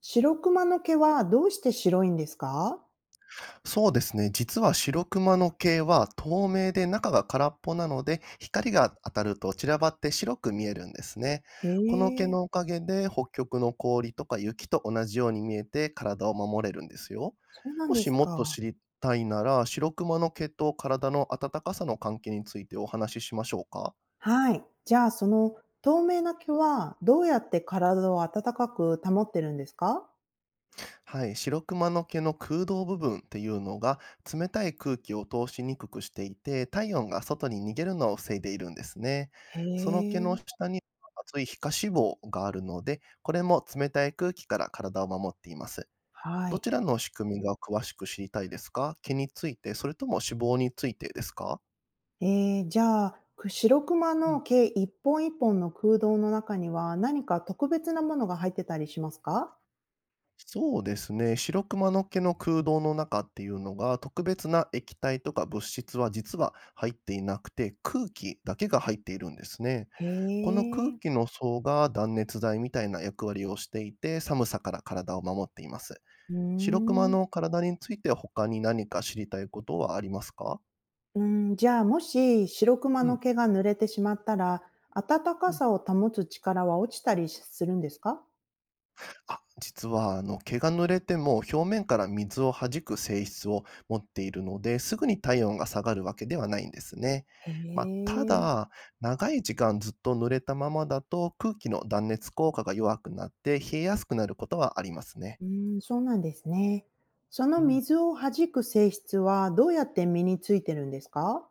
白クマの毛はどうして白いんですか？そうですね。実は白クマの毛は透明で中が空っぽなので、光が当たると散らばって白く見えるんですね。へこの毛え、のおかげで北極の氷とか雪と同じように見えて体を守れるんですよ。そうなんもでしすもっとか。知りたいなら、白クマの毛と体の暖かさの関係についてお話ししましょうか？はい。じゃあ、その透明な毛はどうやって体を暖かく保ってるんですか？はい、白クマの毛の空洞部分っていうのが冷たい空気を通しにくくしていて体温が外に逃げるのを防いでいるんですね。へその毛のえ、下には厚い皮下脂肪があるので、これも冷たい空気から体を守っています。はどい。ちらの仕組みが詳しく知りたいですか？毛についてそれとも脂肪についてですか？ええ、じゃあ、白クマうのん、毛一本一本の空洞の中には、何か特別なものが入ってたりしますか？そうですね。白クマの毛の空洞の中っていうのが、特別な液体とか物質は実は入っていなくて、空気だけが入っているんですね。へこの空え、気の層が断熱材みたいな役割をしていて、寒さから体を守っています。うー白クマん。の体について他に何か知りたいことはありますか？うん、じゃあもし白クマうのん。毛が濡れてしまったら、暖かさを保つ力は落ちたりするんですか？あ、実はあの毛が濡れても表面から水を弾く性質を持っているので、すぐに体温が下がるわけではないんですね。へまあ、たえ、だ、長い時間ずっと濡れたままだと空気の断熱効果が弱くなって冷えやすくなることはありますね。うん、そうなんですね。そのうん、水を弾く性質はどうやって身についてるんですか？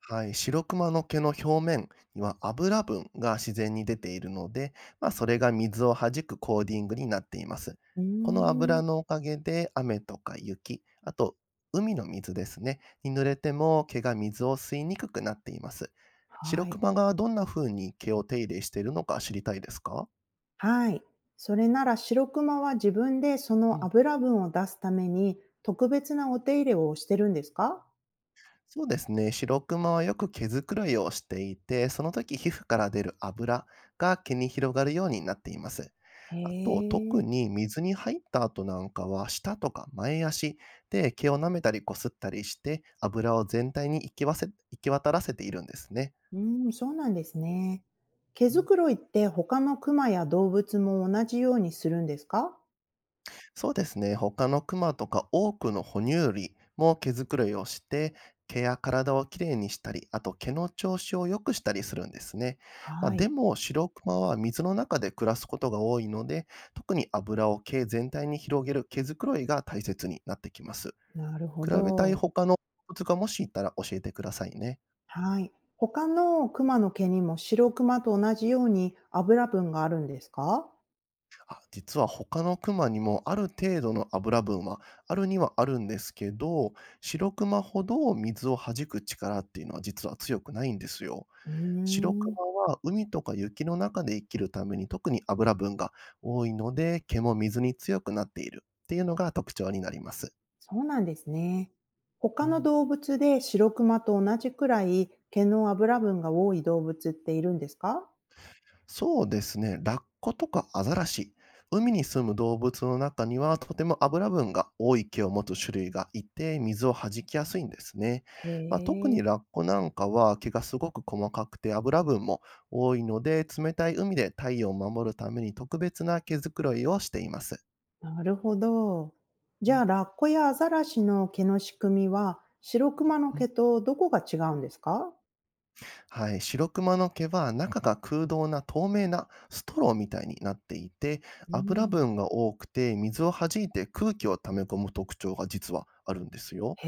はい、白クマの毛の表面には油分が自然に出ているので、まあ、それが水を弾くコーディングになっています。うーこの油ん、のおかげで雨とか雪、あと海の水ですね、に濡れても毛が水を吸いにくくなっています。白はクい。マがどんな風に毛を手入れしているのか知りたいですか？はい。それなら白クマは自分でそうのん、油分を出すために特別なお手入れをしてるんですか？そうですね。白クマはよく毛づくろいをしていて、その時皮膚から出る油が毛に広がるようになっています。へあと、特え。に水に入った後なんかは、舌とか前足で毛を舐めたりこすったりして、油を全体に行き渡らせているんですね。うーん、そうなんですね。毛うづん。くろいって他のクマや動物も同じようにするんですか？そうですね、他のクマとか多くの哺乳類も毛づくろいをして、毛や体をきれいにしたり、あと毛の調子を良くしたりするんですね。まあ、はでい。も、白クマは水の中で暮らすことが多いので、特に油を毛全体に広げる毛づくろいが大切になってきます。なるほ比べたいど。他の動物がもしいたら教えてくださいね。はい。他のクマの毛にも白クマと同じように油分があるんですか？あ、実は他のクマにもある程度の油分はあるにはあるんですけど、シロクマほど水を弾く力っていうのは実は強くないんですよ。うーシロクん、マは海とか雪の中で生きるために特に油分が多いので、毛も水に強くなっているっていうのが特徴になります。そうなんですね。う他のん、動物で白クマと同じくらい毛の油分が多い動物っているんですか？そうですね。ラッコとかアザラシ、海に住む動物の中にはとても油分が多い毛を持つ種類がいて、水を弾きやすいんですね。へまあ、特にえ。ラッコなんかは毛がすごく細かくて油分も多いので、冷たい海で太陽を守るために特別な毛づくろいをしています。なるほど。うじゃあ、ん、ラッコやアザラシの毛の仕組みは、白クマのうん、毛とどこが違うんですか？はい、白クマの毛は中が空洞な透明なストローみたいになっていて、う油ん、分が多くて水を弾いて空気を溜め込む特徴が実はあるんですよ。へ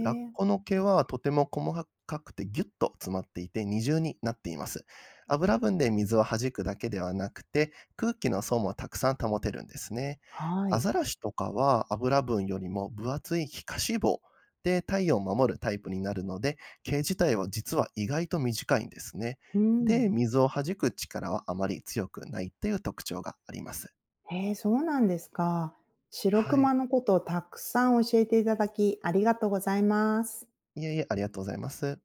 ラッコの毛はとても細かくてギュッと詰まっていて二重になっています。油分で水を弾くだけではなくて空気の層もたくさん保てるんですね。はアい。ザラシとかは油分よりも分厚い皮下脂肪で体温を守るタイプになるので、毛自体は実は意外と短いんですね。うで、ん。水を弾く力はあまり強くないっていう特徴があります。へえ、そうなんですか。白クはい。マのことをたくさん教えていただき、ありがとうございます。いえいえ、ありがとうございます。